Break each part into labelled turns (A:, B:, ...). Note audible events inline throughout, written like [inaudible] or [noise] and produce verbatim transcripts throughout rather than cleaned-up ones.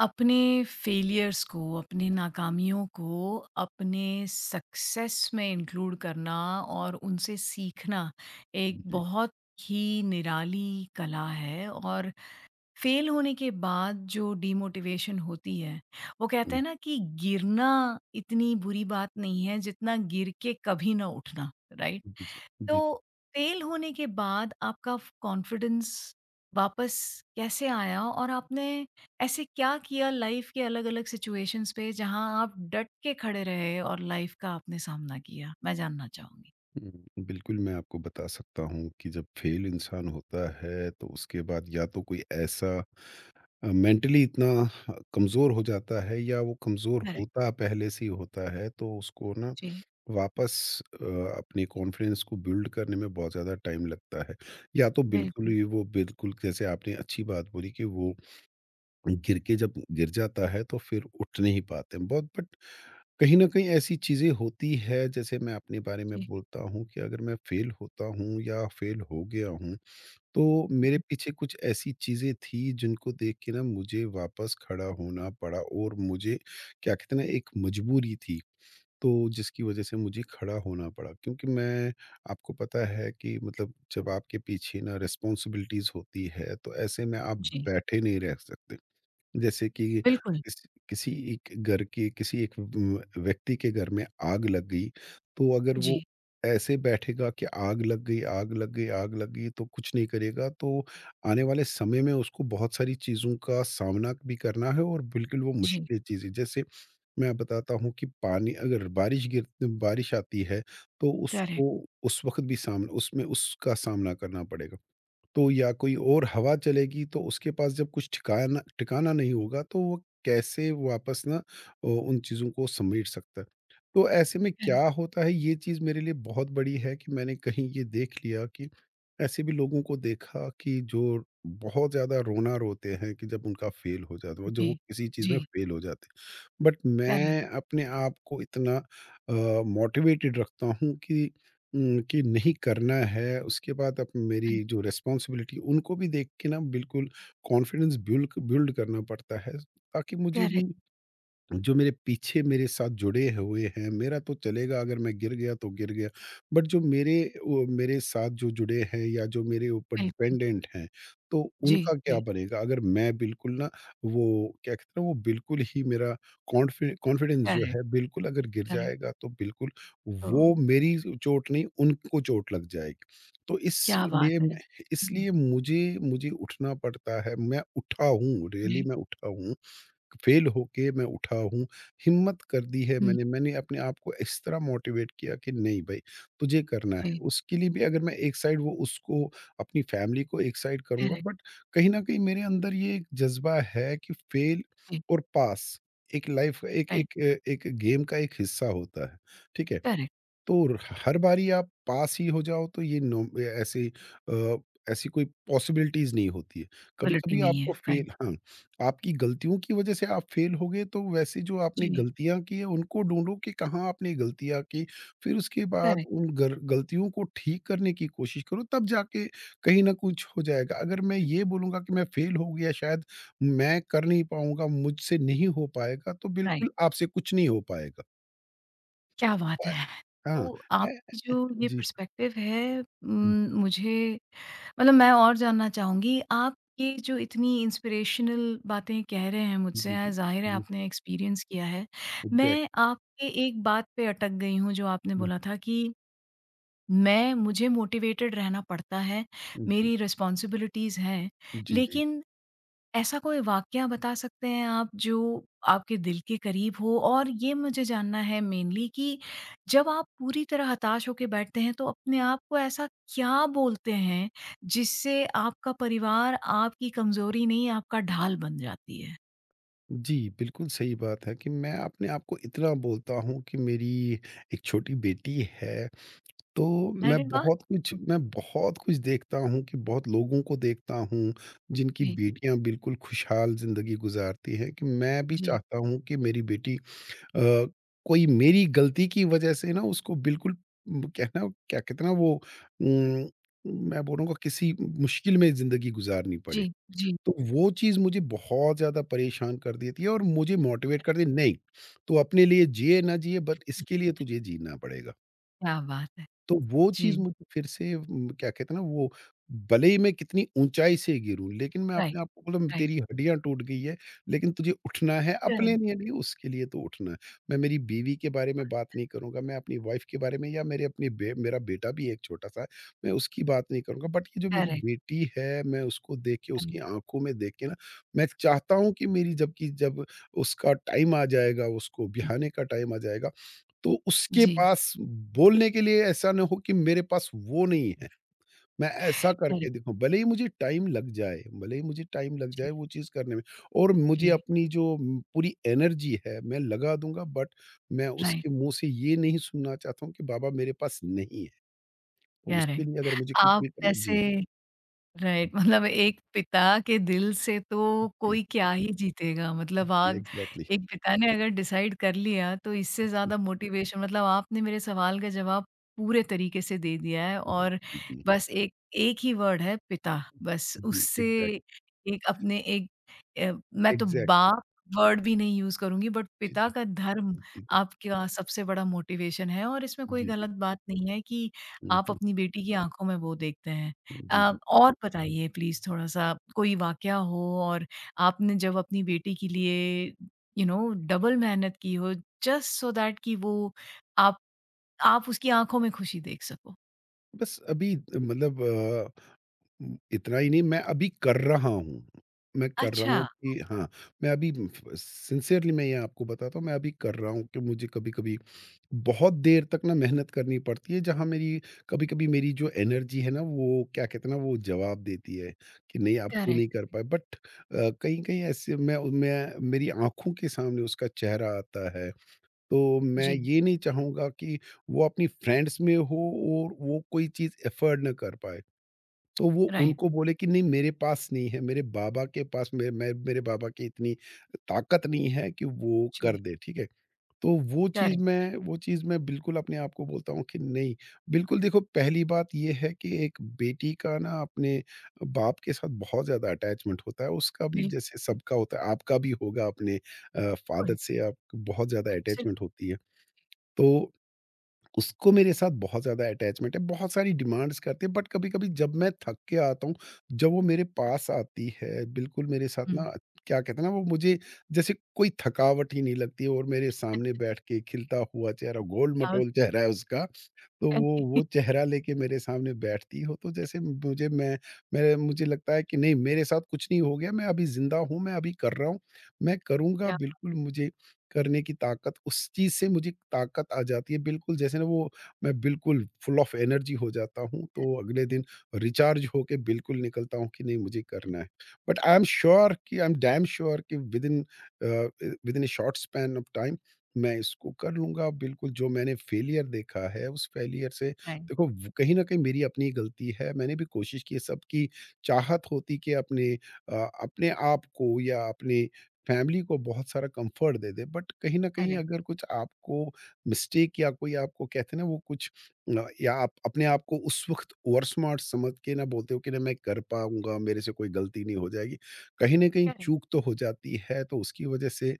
A: अपने फेलियर्स को, अपने नाकामियों को, अपने सक्सेस में इंक्लूड करना और उनसे सीखना एक
B: जी।
A: बहुत ही निराली कला है। और फेल होने के बाद जो डिमोटिवेशन होती है, वो कहते
B: हुँ।
A: हैं ना कि गिरना इतनी बुरी बात नहीं है जितना गिर के कभी ना उठना, राइट?
B: जी, जी।
A: तो
B: जी, जी।
A: फेल होने के बाद आपका फ कॉन्फिडेंस वापस कैसे आया और आपने ऐसे क्या किया लाइफ के अलग-अलग सिचुएशंस पे जहाँ आप डट के खड़े रहे और लाइफ का आपने सामना किया? मैं जानना चाहूँगी।
B: हुँ, बिल्कुल मैं आपको बता सकता हूँ कि जब फ़ेल इंसान होता है तो उसके बाद या तो कोई ऐसा अ, मेंटली इतना कमज़ोर हो जाता है या वो कमज़ोर
A: करेक्ट,
B: होता पहले से ही होता है तो उसको ना
A: जी।
B: वापस अ, अपने कॉन्फिडेंस को बिल्ड करने में बहुत ज़्यादा टाइम लगता है। या तो बिल्कुल
A: बिल्कुल,
B: ही वो बिल्कुल जैसे आपने अच्छी बात बोली कि वो गिर के जब गिर जाता है तो फिर उठ नहीं पाते हैं बहुत बट कहीं ना कहीं ऐसी चीज़ें होती है जैसे मैं अपने बारे में
A: जी,
B: बोलता हूँ कि अगर मैं फेल होता हूँ या फेल हो गया हूँ तो मेरे
A: जी,
B: पीछे कुछ ऐसी चीज़ें थी जिनको देख के ना मुझे वापस खड़ा होना पड़ा और मुझे क्या कहते हैं ना एक मजबूरी थी, तो जिसकी वजह से मुझे खड़ा होना पड़ा क्योंकि मैं आपको पता है कि मतलब जब आपके पीछे ना रिस्पॉन्सिबिलिटीज़ होती है तो ऐसे में आप
A: जी।
B: बैठे नहीं रह सकते। जैसे कि
A: बिल्कुल,
B: किस किसी एक घर के किसी एक व व्यक्ति के घर में आग लग गई, तो अगर वो
A: जी,
B: ऐसे बैठेगा कि आग लग गई, आग लग गई, आग लग गई तो कुछ नहीं करेगा, तो आने वाले समय में उसको बहुत सारी चीज़ों का सामना भी करना है और बिल्कुल वो
A: जी।
B: मुश्किल चीज़ है। जैसे मैं बताता हूँ कि पानी अगर बारिश गिर बारिश आती है, तो
A: करेक्ट,
B: उसको उस वक़्त भी सामना उसमें उसका सामना करना पड़ेगा। तो या कोई और हवा चलेगी तो उसके पास जब कुछ ठिकाना ठिकाना नहीं होगा तो वो कैसे वापस ना अ, उन चीज़ों को समेट सकता है। तो ऐसे में
A: करेक्ट,
B: क्या होता है ये चीज़ मेरे लिए बहुत बड़ी है कि मैंने कहीं ये देख लिया कि ऐसे भी लोगों को देखा कि जो बहुत ज़्यादा रोना रोते हैं कि जब उनका फ़ेल हो जाता है, जब
A: जी,
B: वो किसी चीज़ में
A: जी।
B: फ़ेल हो जाते हैं। बट
A: करेक्ट,
B: मैं अपने आप को इतना अ, मोटिवेटेड रखता हूँ कि उम, कि नहीं करना है, उसके बाद अब मेरी
A: करेक्ट,
B: जो रिस्पॉन्सिबिलिटी उनको भी देख के ना बिल्कुल कॉन्फिडेंस बिल्क बिल्ड करना पड़ता है, ताकि मुझे भी
A: करेक्ट,
B: जो मेरे पीछे मेरे साथ जुड़े हुए हैं, मेरा तो चलेगा। अगर मैं गिर गया तो गिर गया। बट जो मेरे वो मेरे साथ जो जुड़े हैं या जो मेरे ऊपर
A: बिल्कुल।
B: डिपेंडेंट हैं, तो
A: जी,
B: उनका क्या
A: जी।
B: बनेगा? अगर मैं बिल्कुल ना वो क्या कहते हैं ना वो बिल्कुल ही मेरा कॉन्फि कॉन्फिडेंस जो
A: करेक्ट,
B: है बिल्कुल अगर गिर
A: करेक्ट।
B: जाएगा तो बिल्कुल
A: तो
B: वो मेरी चोट नहीं उनको चोट लग जाएगी। तो
A: क्या बात
B: इसलिए
A: है!
B: मैं
A: हुँ, हुँ,
B: इसलिए मुझे मुझे उठना पड़ता है। मैं उठा हूँ, रियली
A: राइट,
B: मैं उठा हूँ। फेल होके मैं उठा हूँ, हिम्मत कर दी है
A: हुँ,
B: मैंने, मैंने अपने आप को इस तरह मोटिवेट किया कि नहीं भई, तुझे करना है।
A: जी।
B: उसके लिए भी अगर मैं एक साइड वो उसको अपनी फ़ैमिली को एक साइड करूँगा,
A: करेक्ट,
B: बट कहीं न कहीं मेरे अंदर ये एक जज़्बा है कि फेल
A: जी।
B: और पास एक लाइफ़ एक
A: राइट,
B: एक अ, एक गेम का एक हिस्सा होता है। ठीक है?
A: करेक्ट,
B: तो र हर बारी आप पास ही हो जाओ तो ये नो ऐसे अ, ऐसी कोई पॉसिबिलिटीज़ नहीं होती है।
A: क्वालिटी
B: कभी-कभी
A: नहीं
B: आपको
A: है, राइट,
B: फ़ेल, हाँ, आपकी गलतियों की वज़ह से आप फ़ेल हो गए तो वैसे जो आपने
A: जी,
B: गलतियाँ की है उनको ढूँढो कि कहाँ आपने गलतियाँ की, फिर उसके बाद
A: करेक्ट,
B: उन गर गलतियों को ठीक करने की कोशिश करो तब जाके कहीं न कुछ हो जाएगा। अगर मैं ये
A: बिल्कुल,
B: बोलूँगा कि मैं फ़ेल हो गया, शायद मैं कर नहीं पाऊँगा, मुझसे नहीं हो पाएगा, तो बिल्कुल
A: राइट,
B: आपसे कुछ नहीं हो पाएगा।
A: क्या बात
B: प
A: है!
B: हाँ।
A: तो
B: ए
A: आपकी जो ये
B: जी।
A: पर्सपेक्टिव है,
B: हुँ।
A: उम, मुझे मतलब मैं और जानना चाहूँगी, आप ये जो इतनी इंस्पिरेशनल बातें कह रहे हैं मुझसे,
B: जी,
A: अ,
B: जी।
A: ज़ाहिर है
B: जी,
A: आपने एक्सपीरियंस किया है। मैं
B: एग्ज़ैक्ट
A: आपके एक बात पे अटक गई हूँ जो आपने
B: हुँ।
A: बोला था कि मैं मुझे मोटिवेटेड रहना पड़ता है,
B: जी,
A: मेरी रिस्पॉन्सिबिलिटीज़ हैं,
B: जी, जी।
A: लेकिन ऐसा कोई वाकया बता सकते हैं आप जो आपके दिल के करीब हो? और ये मुझे जानना है मेनली कि जब आप पूरी तरह हताश होके बैठते हैं तो अपने आप को ऐसा क्या बोलते हैं जिससे आपका परिवार आपकी कमज़ोरी नहीं आपका ढाल बन जाती है?
B: जी, बिल्कुल सही बात है कि मैं अपने आप को इतना बोलता हूँ कि मेरी एक छोटी बेटी है, तो मैं
A: अरे वाह!
B: बहुत कुछ मैं बहुत कुछ देखता हूँ, कि बहुत लोगों को देखता हूँ जिनकी
A: जी,
B: बेटियाँ बिल्कुल खुशहाल ज़िंदगी गुज़ारती हैं, कि मैं भी
A: जी,
B: चाहता हूँ कि मेरी बेटी अ, कोई मेरी गलती की वज़ह से ना उसको बिल्कुल उम, कहना क्या कहते हैं ना, वो उम, मैं बोलूँगा किसी मुश्किल में ज़िंदगी गुज़ारनी
A: जी,
B: पड़े।
A: जी।
B: तो वो चीज़ मुझे बहुत ज़्यादा परेशान कर देती है और मुझे मोटिवेट कर दी नहीं, तू अपने लिए जिए ना जिए बट इसके लिए तुझे जीना पड़ेगा।
A: क्या बात है!
B: तो वो
A: जी,
B: चीज़ मुझे फिर से उम, क्या कहते हैं ना वो, भले ही मैं कितनी ऊँचाई से गिरूँ, लेकिन मैं
A: राइट,
B: अपने आप को बोला, "म-
A: राइट,
B: तेरी हड्डियाँ टूट गई है, लेकिन तुझे उठना है, अपने
A: करेक्ट,
B: लिए नहीं उसके लिए तो उठना है"। मैं मेरी बीवी के बारे में बात नहीं करूँगा, मैं अपनी वाइफ के बारे में या मेरे अपने बे मेरा बेटा भी एक छोटा-सा है, मैं उसकी बात नहीं करूँगा। बट ये जो मेरी
A: करेक्ट,
B: बेटी है, मैं उसको देख के उसकी
A: करेक्ट,
B: आँखों में देख के ना, मैं चाहता हूँ कि मेरी जबकि जब उसका टाइम आ जाएगा, उसको
A: जी,
B: बिहाने का टाइम आ जाएगा तो उसके
A: जी,
B: पास बोलने के लिए ऐसा ना हो कि मेरे पास वो नहीं है। मैं ऐसा करके
A: करेक्ट,
B: दिखाऊँ, भले ही मुझे टाइम लग जाए भले ही मुझे टाइम लग
A: जी,
B: जाए वो चीज़ करने में, और मुझे
A: जी,
B: अपनी जो म, पूरी एनर्जी है, मैं लगा दूँगा, बट मैं
A: राइट,
B: उसके मुँह से ये नहीं सुनना चाहता हूँ कि बाबा मेरे पास नहीं है। तो उसके
A: करेक्ट।
B: लिए अगर मुझे कुछ
A: आप
B: भी करना।
A: ऐसे
B: जी,
A: राइट, मतलब एक पिता के दिल से तो
B: जी,
A: कोई क्या ही जीतेगा। मतलब,
B: जी,
A: आग
B: एग्ज़ैक्टली।
A: एक पिता ने अगर डिसाइड कर लिया तो इससे
B: जी,
A: ज़्यादा मोटिवेशन, मतलब आपने मेरे सवाल का जवाब पूरे तरीके से दे दिया है।
B: हुँ,
A: और
B: जी, जी,
A: बस एक एक ही वर्ड है पिता, बस
B: जी,
A: उससे
B: एग्ज़ैक्ट
A: एक अपने एक अ, मैं तो
B: एग्ज़ैक्टली।
A: बाप वर्ड भी नहीं यूज़ करूँगी। बट
B: जी,
A: पिता
B: जी,
A: का धर्म
B: जी, जी,
A: आपका सबसे बड़ा मोटिवेशन है और इसमें कोई
B: जी, जी।
A: गलत बात नहीं है कि
B: हुँ,
A: आप
B: हुँ।
A: अपनी बेटी की आंखों में वो देखते हैं।
B: जी, जी।
A: अ, और बताइए प्लीज़, थोड़ा-सा कोई वाकया हो और आपने जब अपनी बेटी के लिए यू नो डबल मेहनत की हो, जस्ट सो दैट कि वो आप आप उसकी आँखों में खुशी देख सको।
B: बस अभी मतलब अ उम, इतना ही नहीं मैं अभी कर रहा हूँ। मैं कर रहा
A: अच्छा,
B: हूँ कि हाँ, मैं अभी सिंसियरली मैं ये आपको बताता हूँ, मैं अभी कर रहा हूँ कि मुझे कभी-कभी बहुत देर तक ना मेहनत करनी पड़ती है, जहाँ मेरी कभी-कभी मेरी जो एनर्जी है ना, वो क्या कहते हैं ना, वो जवाब देती है कि नहीं, अब तू नहीं
A: करेक्ट,
B: कर पाए। बट अ, कहीं-कहीं ऐसे मैं मैं मेरी आँखों के सामने उसका चेहरा आता है, तो मैं
A: जी,
B: ये नहीं चाहूँगा कि वो अपनी फ्रेंड्स में हो और वो कोई चीज़ अफोर्ड ना कर पाए। तो वो
A: राइट,
B: उनको बोले कि नहीं मेरे पास नहीं है, मेरे बाबा के पास मे मैं मेरे बाबा की इतनी ताकत नहीं है कि वो
A: जी,
B: कर दे, ठीक है? तो वो चीज़
A: करेक्ट,
B: मैं वो चीज़ मैं बिल्कुल अपने आप को बोलता हूँ कि नहीं, बिल्कुल देखो, पहली बात ये है कि एक बेटी का ना अपने बाप के साथ बहुत ज़्यादा अटैचमेंट होता है, उसका
A: बिल
B: जैसे सबका होता है, आपका भी होगा, अपने अ, फ़ादर
A: बिल्कुल,
B: से आपकी बहुत ज़्यादा
A: एब्सोल्यूट,
B: अटैचमेंट होती है। तो उसको मेरे साथ बहुत ज़्यादा अटैचमेंट है, बहुत सारी डिमांड्स करती है, बट कभी-कभी जब मैं थक के आता हूँ, जब वो मेरे पास आती है, बिल्कुल मेरे साथ
A: हुँ,
B: ना क्या कहते हैं ना वो मुझे जैसे कोई थकावट ही नहीं लगती, और मेरे सामने बैठ के खिलता हुआ चेहरा,
A: [laughs]
B: गोल-मटोल चेहरा है उसका, तो वो वो चेहरा लेके मेरे सामने बैठती हो तो जैसे मुझे मैं मेरे मुझे लगता है कि नहीं मेरे साथ कुछ नहीं हो गया, मैं अभी ज़िंदा हूँ, मैं अभी कर रहा हूँ, मैं करूँगा।
A: क्या,
B: बिल्कुल मुझे करने की ताकत उस चीज़ से मुझे ताकत आ जाती है, बिल्कुल जैसे ना वो, मैं बिल्कुल फुल ऑफ एनर्जी हो जाता हूँ, तो
A: करेक्ट,
B: अगले दिन रिचार्ज होके बिल्कुल निकलता हूँ कि नहीं मुझे करना है। बट आई एम श्योर कि आई एम डैम श्योर कि within a, within a short span of time मैं इसको कर लूँगा। बिल्कुल जो मैंने फेलियर देखा है, उस फेलियर से
A: राइट,
B: देखो व कहीं न कहीं मेरी अपनी गलती है, मैंने भी कोशिश की है, सबकी चाहत होती कि अपने अ, अपने आप को या अपने फैमिली को बहुत सारा कम्फ़र्ट दे दे, बट कहीं न कहीं अगर
A: करेक्ट,
B: कुछ आपको मिस्टेक या कोई आपको कहते हैं ना वो कुछ अ, या आप अपने आप को उस वक़्त ओवर स्मार्ट समझ के ना बोलते हो कि ना मैं कर पाऊँगा, मेरे से कोई गलती नहीं हो जाएगी। कहीं न कहीं
A: करेक्ट,
B: चूक तो हो जाती है, तो उसकी वजह से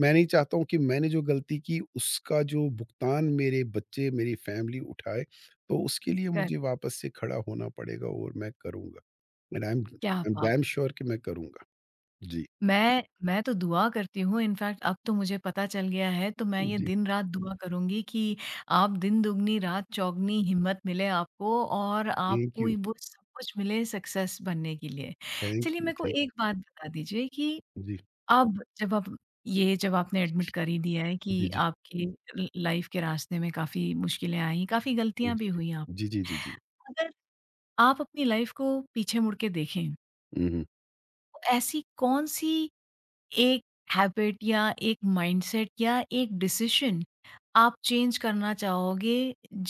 B: मैं नहीं चाहता हूँ कि मैंने जो गलती की उसका जो भुगतान मेरे बच्चे, मेरी फैमिली उठाए, तो उसके लिए मुझे
A: करेक्ट,
B: वापस से खड़ा होना पड़ेगा और मैं करूँगा। एंड आई एम
A: क्या
B: आई एम
A: बात!
B: डैम श्योर कि मैं करूँगा। जी,
A: मैं मैं तो दुआ करती हूँ, इनफैक्ट अब तो मुझे पता चल गया है, तो मैं ये
B: जी।
A: दिन रात दुआ करूँगी कि आप दिन दुगनी रात चौगनी हिम्मत मिले आपको, और
B: थैंक
A: आपको
B: यू,
A: ये वो सब कुछ मिले सक्सेस बनने के लिए।
B: थैंक
A: चलिए,
B: यू,
A: मेरे को
B: थैंक
A: एक बात बता दीजिए कि
B: जी,
A: अब जब आप, ये जब आपने एडमिट कर ही दिया है
B: जी,
A: कि
B: जी।
A: आपके ल लाइफ के रास्ते में काफ़ी मुश्किलें आई, काफ़ी
B: जी,
A: गलतियाँ भी
B: जी।
A: हुई, आप
B: जी, जी, जी, जी।
A: अगर आप अपनी लाइफ को पीछे मुड़ के देखें,
B: हुँ, हुँ।
A: तो ऐसी कौन-सी एक हैबिट या एक माइंडसेट या एक डिसीजन आप चेंज करना चाहोगे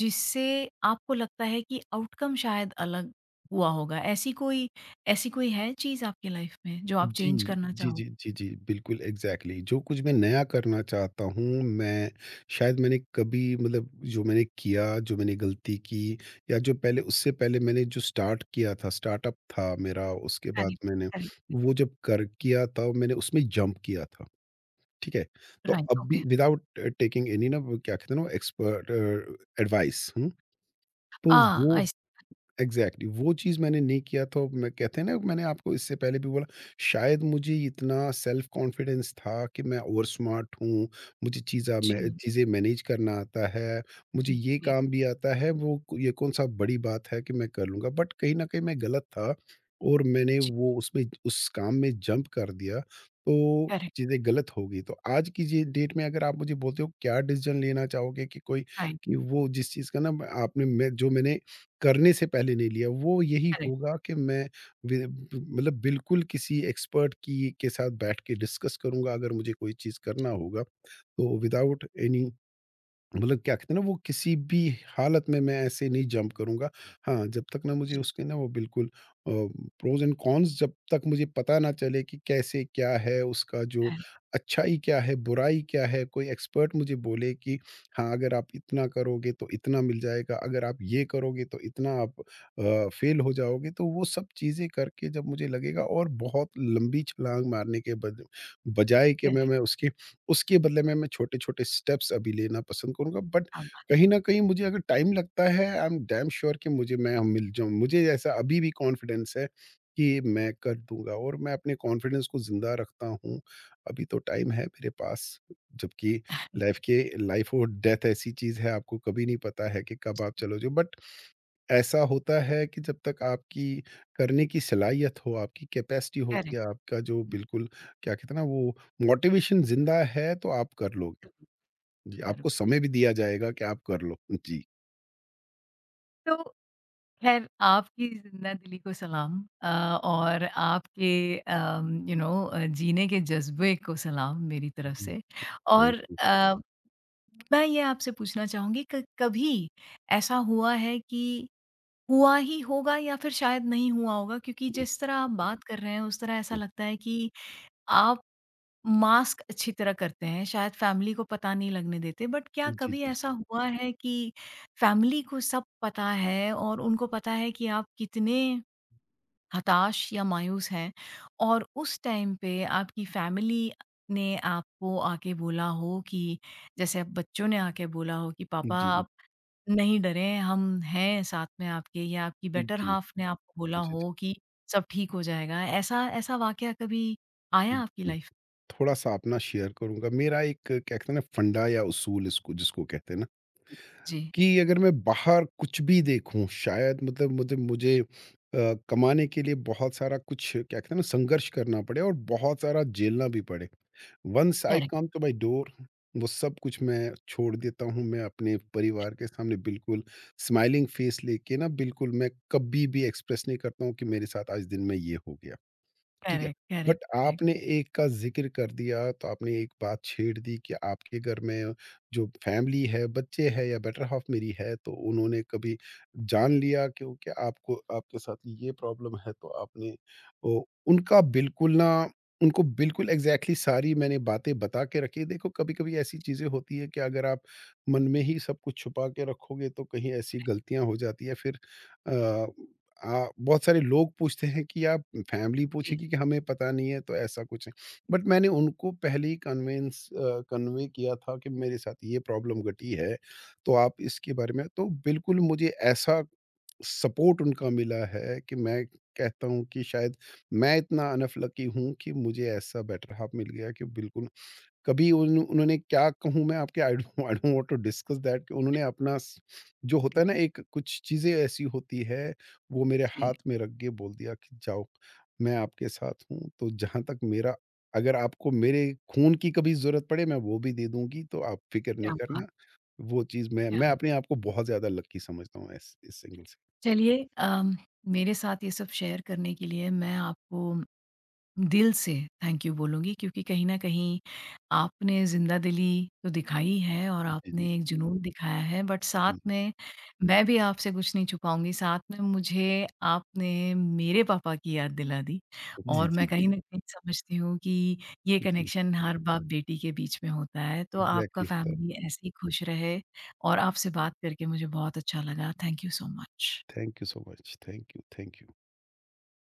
A: जिससे आपको लगता है कि आउटकम शायद अलग हुआ होगा? ऐसी कोई ऐसी कोई है चीज आपकी लाइफ में जो आप
B: जी,
A: चेंज करना
B: जी,
A: चाहोगे?
B: जी, जी, जी, बिल्कुल एग्ज़ैक्टली जो कुछ मैं नया करना चाहता हूँ, मैं शायद मैंने कभी मतलब जो मैंने किया, जो मैंने गलती की या जो पहले, उससे पहले मैंने जो स्टार्ट किया था, स्टार्टअप था मेरा, उसके बाद
A: करेक्ट,
B: मैंने
A: करेक्ट,
B: वो जब कर किया था, मैंने उसमें जंप किया था, ठीक है? तो
A: राइट,
B: अब
A: ओके।
B: भी विदाउट टेकिंग एनी ना वो क्या कहते हैं ना वो एक्सपर्ट अ, एडवाइस, हुँ, तो
A: आ,
B: वो
A: आई।
B: Exactly exactly. वो चीज़ मैंने नहीं किया तो मैं कहते हैं ना मैंने आपको इससे पहले भी बोला। शायद मुझे इतना सेल्फ कॉन्फिडेंस था कि मैं ओवर स्मार्ट हूँ। मुझे चीज़ा
A: जी,
B: मैं चीज़ें मैनेज करना आता है। मुझे
A: जी,
B: ये
A: जी,
B: काम भी आता है। वो को- ये कौन सा बड़ी बात है कि मैं कर लूँगा बट कहीं ना कहीं मैं गलत था। और मैंने
A: जी।
B: वो उसमें उस काम में जंप कर दिया तो
A: करेक्ट,
B: चीज़ें गलत हो गई। तो आज की जे डेट में अगर आप मुझे बोलते हो क्या डिसीजन लेना चाहोगे कि कोई
A: राइट,
B: कि वो जिस चीज़ का ना आपने मैं जो मैंने करने से पहले नहीं लिया, वो यही
A: करेक्ट,
B: होगा कि मैं वे मतलब बिल्कुल किसी एक्सपर्ट की के साथ बैठ के डिस्कस करूँगा। अगर मुझे कोई चीज़ करना होगा, तो विदाउट एनी मतलब क्या कहते हैं ना वो किसी भी हालत में मैं ऐसे नहीं जंप करूँगा। हाँ, जब तक ना मुझे
A: जी,
B: उसके ना वो बिल्कुल अ, प्रोज़ एंड कॉन्स जब तक मुझे पता ना चले कि कैसे क्या है, उसका जो
A: करेक्ट,
B: अच्छाई क्या है, बुराई क्या है, कोई एक्सपर्ट मुझे बोले कि हाँ, अगर आप इतना करोगे तो इतना मिल जाएगा, अगर आप ये करोगे तो इतना आप अ, फ़ेल हो जाओगे। तो वो सब चीज़ें करके जब मुझे लगेगा और बहुत लंबी छलाँग मारने के बद बजाय कि मैं
A: करेक्ट,
B: मैं उसके उसके बदले में मैं छोटे-छोटे स्टेप्स अभी लेना पसंद करूँगा। बट
A: हाँ,
B: कहीं न कहीं मुझे अगर टाइम लगता है आई एम डैम श्योर कि मुझे मैं मिल जाऊँ। मुझे ऐसा अभी भी कॉन्फिडेंस है कि मैं कर दूँगा और मैं अपने कॉन्फिडेंस को ज़िंदा रखता हूँ। अभी तो टाइम है मेरे पास। जबकि
A: [laughs]
B: लाइफ़ के लाइफ़ और डेथ ऐसी चीज़ है, आपको कभी नहीं पता है कि कब आप चलोगे। बट ऐसा होता है कि जब तक आपकी करने की सलाहियत हो, आपकी कैपेसिटी होती है,
A: करेक्ट,
B: आपका जो बिल्कुल क्या कहते हैं ना वो मोटिवेशन ज़िंदा है तो आप कर लोगे। जी,
A: करेक्ट
B: आपको
A: करो।
B: समय भी दिया जाएगा कि आप कर लो। जी,
A: तो खैर, आपकी ज़िंदा-दिली को सलाम, अ, और आपके अम, यू नो अ, जीने के जज़्बे को सलाम मेरी तरफ
B: जी,
A: से।
B: थैंक
A: और
B: यू।
A: अ, मैं ये आपसे पूछना चाहूँगी, क कभी ऐसा हुआ है कि, हुआ ही होगा या फिर शायद नहीं हुआ होगा क्योंकि
B: हुँ,
A: जिस तरह आप बात कर रहे हैं उस तरह ऐसा
B: हुँ।
A: लगता है कि आप मास्क अच्छी तरह करते हैं, शायद फैमिली को पता नहीं लगने देते। बट क्या
B: जी,
A: कभी
B: जी,
A: ऐसा
B: जी।
A: हुआ है कि फैमिली को सब पता है और उनको पता है कि आप कितने हताश या मायूस हैं, और उस टाइम पे आपकी फैमिली ने आपको आके बोला हो कि, जैसे अब बच्चों ने आके बोला हो कि
B: जी,
A: पापा
B: जी।
A: आप नहीं डरें, हम हैं साथ में आपके, या आपकी बेटर
B: जी,
A: हाल्फ ने आपको बोला
B: जी, जी।
A: हो कि सब ठीक हो जाएगा। ऐसा ऐसा वाकया कभी आया आपकी
B: जी,
A: लाइफ
B: थोड़ा-सा अपना शेयर करूँगा। मेरा एक क्या कहते हैं ना फंडा या उसूल इसको जिसको कहते हैं ना,
A: में? जी।
B: कि अगर मैं बाहर कुछ भी देखूँ शायद मतलब मुझे मुझे अ, कमाने के लिए बहुत सारा कुछ क्या कहते हैं ना संघर्ष करना पड़े और बहुत सारा झेलना भी पड़े। Once I
A: correct.
B: Come to my door वो सब कुछ मैं छोड़ देता हूँ। मैं अपने परिवार के सामने बिल्कुल स्माइलिंग फेस लेके ना बिल्कुल मैं कभी भी एक्सप्रेस नहीं करता हूँ कि मेरे साथ आज दिन में ये हो गया। ठीक है।
A: Correct, correct,
B: but
A: correct.
B: आपने एक का ज़िक्र कर दिया, तो आपने एक बात छेड़ दी कि आपके घर में जो फैमिली है, बच्चे हैं या बेटर हाल्फ मेरी है, तो उन्होंने कभी जान लिया क्योंकि आपको आपके साथ ये प्रॉब्लम है, तो आपने ओ उनका बिल्कुल ना उनको बिल्कुल एग्ज़ैक्टली सारी मैंने बातें बता के रखी। देखो, कभी-कभी ऐसी चीज़ें होती है कि अगर आप मन में ही सब कुछ छुपा के रखोगे, तो कहीं ऐसी गलतियाँ हो जाती है फिर अ आ, बहुत सारे लोग पूछते हैं कि आप फैमिली
A: जी,
B: पूछेगी कि हमें पता नहीं है तो ऐसा कुछ है। बट मैंने उनको पहले ही कन्विंस कन्वे किया था कि मेरे साथ ये प्रॉब्लम घटी है, तो आप इसके बारे में तो बिल्कुल मुझे ऐसा सपोर्ट उनका मिला है कि मैं कहता हूँ कि शायद मैं इतना अनफलकी हूँ कि मुझे ऐसा बेटर हाफ मिल गया कि बिल्कुल कभी उन उन्होंने क्या कहूँ मैं आपके I don't I don't want to discuss that कि उन्होंने अपना स- जो
A: जी,
B: होता है ना एक कुछ चीज़ें ऐसी होती है वो मेरे
A: जी।
B: हाथ में रख के बोल दिया कि जाओ, मैं आपके साथ हूँ तो जहाँ तक मेरा अगर आपको मेरे खून की कभी ज़रूरत पड़े मैं वो भी दे दूंगी तो आप फिक्र
A: क्या
B: नहीं
A: बात,
B: करना। वो चीज़ मैं
A: क्या
B: मैं
A: बात।
B: अपने आप को बहुत ज़्यादा लक्की समझता हूँ इस इस सिंगल से।
A: चलिए, अम, मेरे साथ ये सब शेयर करने के लिए मैं आपको दिल से थैंक यू बोलूँगी, क्योंकि कहीं न कहीं आपने ज़िंदा-दिली तो दिखाई है और
B: जी जी
A: आपने एक जुनून दिखाया है, बट साथ
B: जी
A: में मैं भी आपसे कुछ नहीं छुपाऊँगी, साथ में मुझे आपने मेरे पापा की याद दिला दी,
B: जी जी
A: और
B: जी
A: मैं
B: जी
A: कहीं न कहीं समझती हूँ कि ये
B: जी
A: कनेक्शन हर बाप-बेटी के बीच में होता है। तो आपका
B: एग्जैक्टली।
A: फैमिली ऐसे ही खुश रहे, और आपसे बात करके मुझे बहुत अच्छा लगा। Thank you so much.
B: Thank you so much, thank you, thank you.